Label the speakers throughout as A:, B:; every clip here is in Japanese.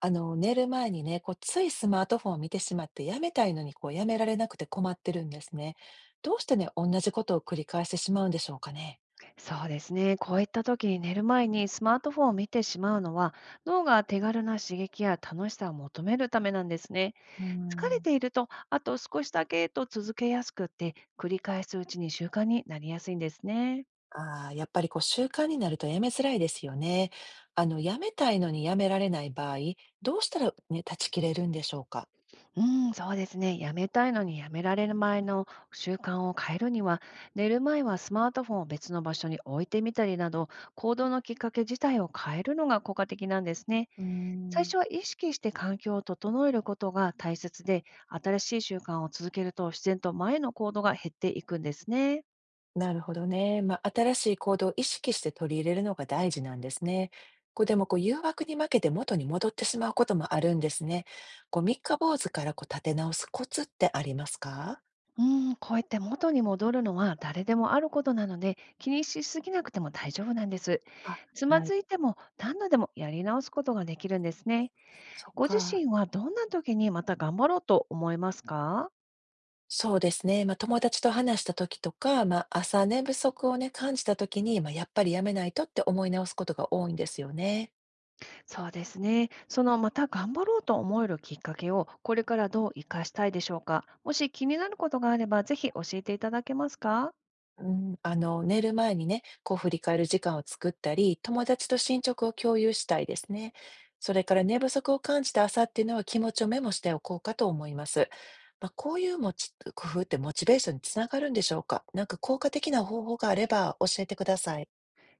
A: 寝る前にね、ついスマートフォンを見てしまって、やめたいのに、やめられなくて困ってるんですね。どうしてね、同じことを繰り返してしまうんでしょうかね。
B: そうですね。こういった時に寝る前にスマートフォンを見てしまうのは、脳が手軽な刺激や楽しさを求めるためなんですね。
A: うー
B: 疲れ
A: ん。
B: ていると、あと少しだけと続けやすくって、繰り返すうちに習慣になりやすいんですね。
A: ああ、やっぱり習慣になるとやめづらいですよね。やめたいのにやめられない場合、どうしたらね、断ち切れるんでしょうか。
B: うん、そうですね。やめたいのにやめられる前の習慣を変えるには、寝る前はスマートフォンを別の場所に置いてみたりなど、行動のきっかけ自体を変えるのが効果的なんですね。
A: うー
B: 最
A: ん。
B: 初は意識して環境を整えることが大切で、新しい習慣を続けると自然と前の行動が減っていくんですね。
A: なるほどね。まあ、新しい行動を意識して取り入れるのが大事なんですね。でも誘惑に負けて元に戻ってしまうこともあるんですね。三日坊主から立て直すコツってありますか。
B: うん、こうやって元に戻るのは誰でもあることなので、気にしすぎなくても大丈夫なんです。
A: あ、
B: つま
A: はい。
B: ずいても何度でもやり直すことができるんですね。
A: そっ
B: ご自
A: か。
B: 身はどんな時にまた頑張ろうと思いますか？
A: そうですね。まあ、友達と話した時とか、まあ、朝寝不足をね、感じた時に、まあ、やっぱりやめないとって思い直すことが多いんですよね。
B: そうですね。そのまた頑張ろうと思えるきっかけをこれからどう生かしたいでしょうか。もし気になることがあればぜひ教えていただけますか？
A: うん、寝る前にね、振り返る時間を作ったり、友達と進捗を共有したいですね。それから寝不足を感じた朝っていうのは気持ちをメモしておこうかと思います。まあ、こういうもち、工夫ってモチベーションにつながるんでしょうか。なんか効果的な方法があれば教えてください。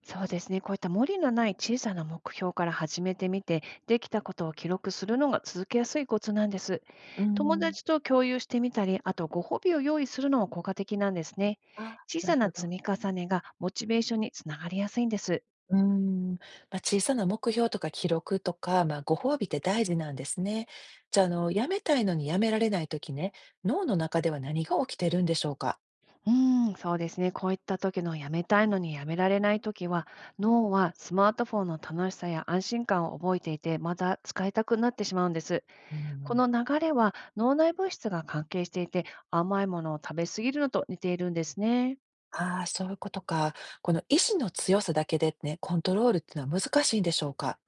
B: そうですね。こういった無理のない小さな目標から始めてみて、できたことを記録するのが続けやすいコツなんです。
A: う
B: 友
A: ん、
B: 達と共有してみたり、あとご褒美を用意するのも効果的なんですね。
A: あ、
B: 小
A: な
B: さ
A: る
B: な
A: ほ
B: 積
A: ど。
B: み重ねがモチベーションにつながりやすいんです。
A: うーん。まあ、小さな目標とか記録とか、まあ、ご褒美って大事なんですね。じゃあ、やめたいのにやめられないときね、脳の中では何が起きてるんでしょうか。
B: うーん、そうですね。こういった時のやめたいのにやめられない時は、脳はスマートフォンの楽しさや安心感を覚えていて、また使いたくなってしまうんです。
A: うー
B: この
A: ん。
B: 流れは脳内物質が関係していて、甘いものを食べ過ぎるのと似ているんですね。
A: ああ、そういうことか。この意志の強さだけでね、コントロールっていうのは難しいんでしょうか？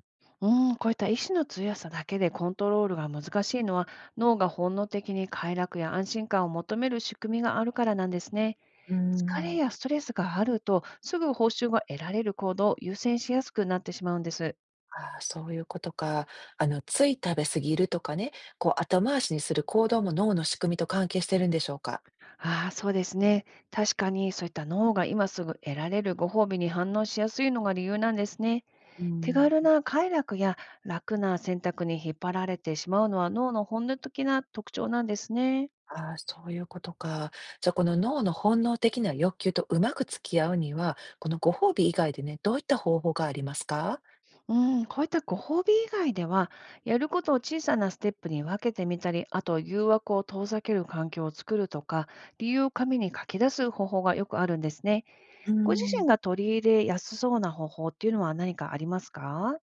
B: うーん、こういった意志の強さだけでコントロールが難しいのは、脳が本能的に快楽や安心感を求める仕組みがあるからなんですね。
A: うー
B: 疲れ
A: ん。
B: やストレスがあると、すぐ報酬が得られる行動を優先しやすくなってしまうんです。
A: ああ、そういうことか。つい食べ過ぎるとかね、後回しにする行動も脳の仕組みと関係してるんでしょうか？
B: ああ、そうですね。確かにそういった脳が今すぐ得られるご褒美に反応しやすいのが理由なんですね。
A: うー
B: 手
A: ん。
B: 軽な快楽や楽な選択に引っ張られてしまうのは脳の本能的な特徴なんですね。
A: ああ、そういうことか。じゃあ、この脳の本能的な欲求とうまく付き合うには、このご褒美以外でね、どういった方法がありますか？
B: うん、こういったご褒美以外では、やることを小さなステップに分けてみたり、あと誘惑を遠ざける環境を作るとか、理由を紙に書き出す方法がよくあるんですね。
A: うー
B: ご自身
A: ん。
B: が取り入れやすそうな方法っていうのは何かありますか？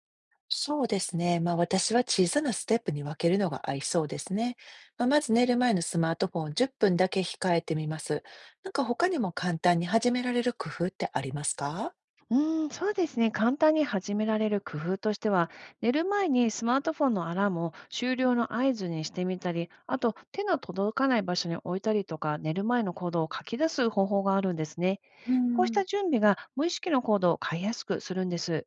A: そうですね。まあ私は小さなステップに分けるのが合いそうですね。まあ、まず寝る前のスマートフォンを10分だけ控えてみます。なんか他にも簡単に始められる工夫ってありますか。
B: うん、そうですね。簡単に始められる工夫としては、寝る前にスマートフォンのアラームを終了の合図にしてみたり、あと手の届かない場所に置いたりとか、寝る前の行動を書き出す方法があるんですね。
A: う
B: こうし
A: ん、
B: た準備が無意識の行動を変えやすくするんです。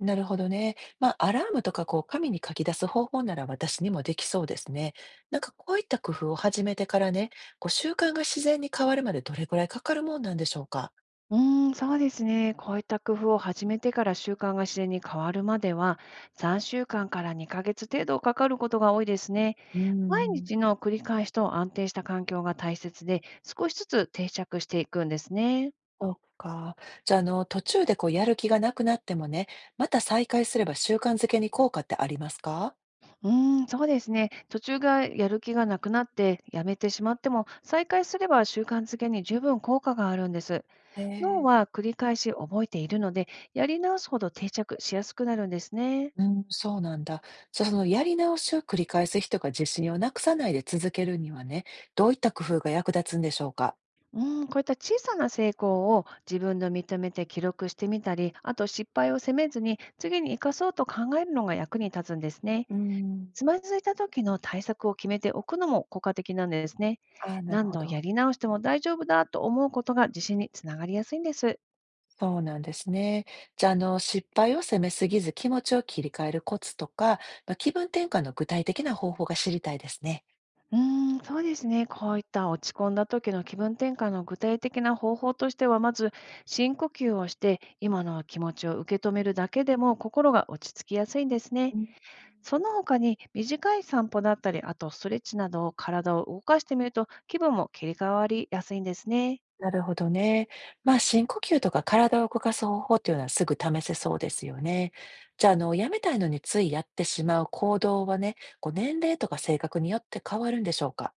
A: なるほどね。まあアラームとか紙に書き出す方法なら私にもできそうですね。なんかこういった工夫を始めてからね、習慣が自然に変わるまでどれくらいかかるもんなんでしょうか。
B: うーん、そうですね。こういった工夫を始めてから習慣が自然に変わるまでは、3週間かんから2ヶ月程度かかることが多いですね。
A: う
B: 毎
A: ん。
B: 日の繰り返しと安定した環境が大切で、少しずつ定着していくんですね。
A: そうか。じゃあ、途中でやる気がなくなってもね、また再開すれば習慣づけに効果ってありますか？
B: うーん、そうですね。途中がやる気がなくなってやめてしまっても、再開すれば習慣づけに十分効果があるんです。
A: え
B: 脳
A: え。
B: は繰り返し覚えているので、やり直すほど定着しやすくなるんですね。
A: うん、そうなんだ。じゃあ、そのやり直しを繰り返す人が自信をなくさないで続けるにはね、どういった工夫が役立つんでしょうか？
B: うん、こういった小さな成功を自分で認めて記録してみたり、あと失敗を責めずに次に生かそうと考えるのが役に立つんですね。
A: うーん。
B: つまずいた時の対策を決めておくのも効果的なんですね。
A: ああ、なる
B: 何
A: ほ
B: 度
A: ど。
B: やり直しても大丈夫だと思うことが自信につながりやすいんです。
A: そうなんですね。じゃあ、失敗を責めすぎず気持ちを切り替えるコツとか、まあ、気分転換の具体的な方法が知りたいですね。
B: うーん、そうですね。こういった落ち込んだ時の気分転換の具体的な方法としては、まず深呼吸をして今の気持ちを受け止めるだけでも心が落ち着きやすいんですね。その他に短い散歩だったり、あとストレッチなどを体を動かしてみると気分も切り替わりやすいんですね。
A: なるほどね。まあ、深呼吸とか体を動かす方法っていうのはすぐ試せそうですよね。じゃあ、やめたいのについやってしまう行動はね、年齢とか性格によって変わるんでしょうか？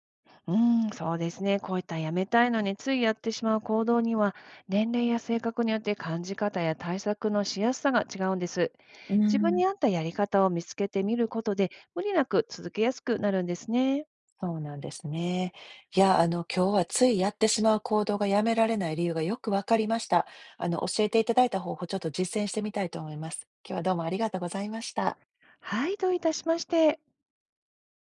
B: うん、そうですね。こういったやめたいのについやってしまう行動には、年齢や性格によって感じ方や対策のしやすさが違うんです。
A: うー
B: 自分
A: ん。
B: に合ったやり方を見つけてみることで、無理なく続けやすくなるんですね。
A: そうなんですね。いや、今日はついやってしまう行動がやめられない理由がよくわかりました。あの、教えていただいた方法、ちょっと実践してみたいと思います。今日はどうもありがとうございました。
B: はい、どういたしまして。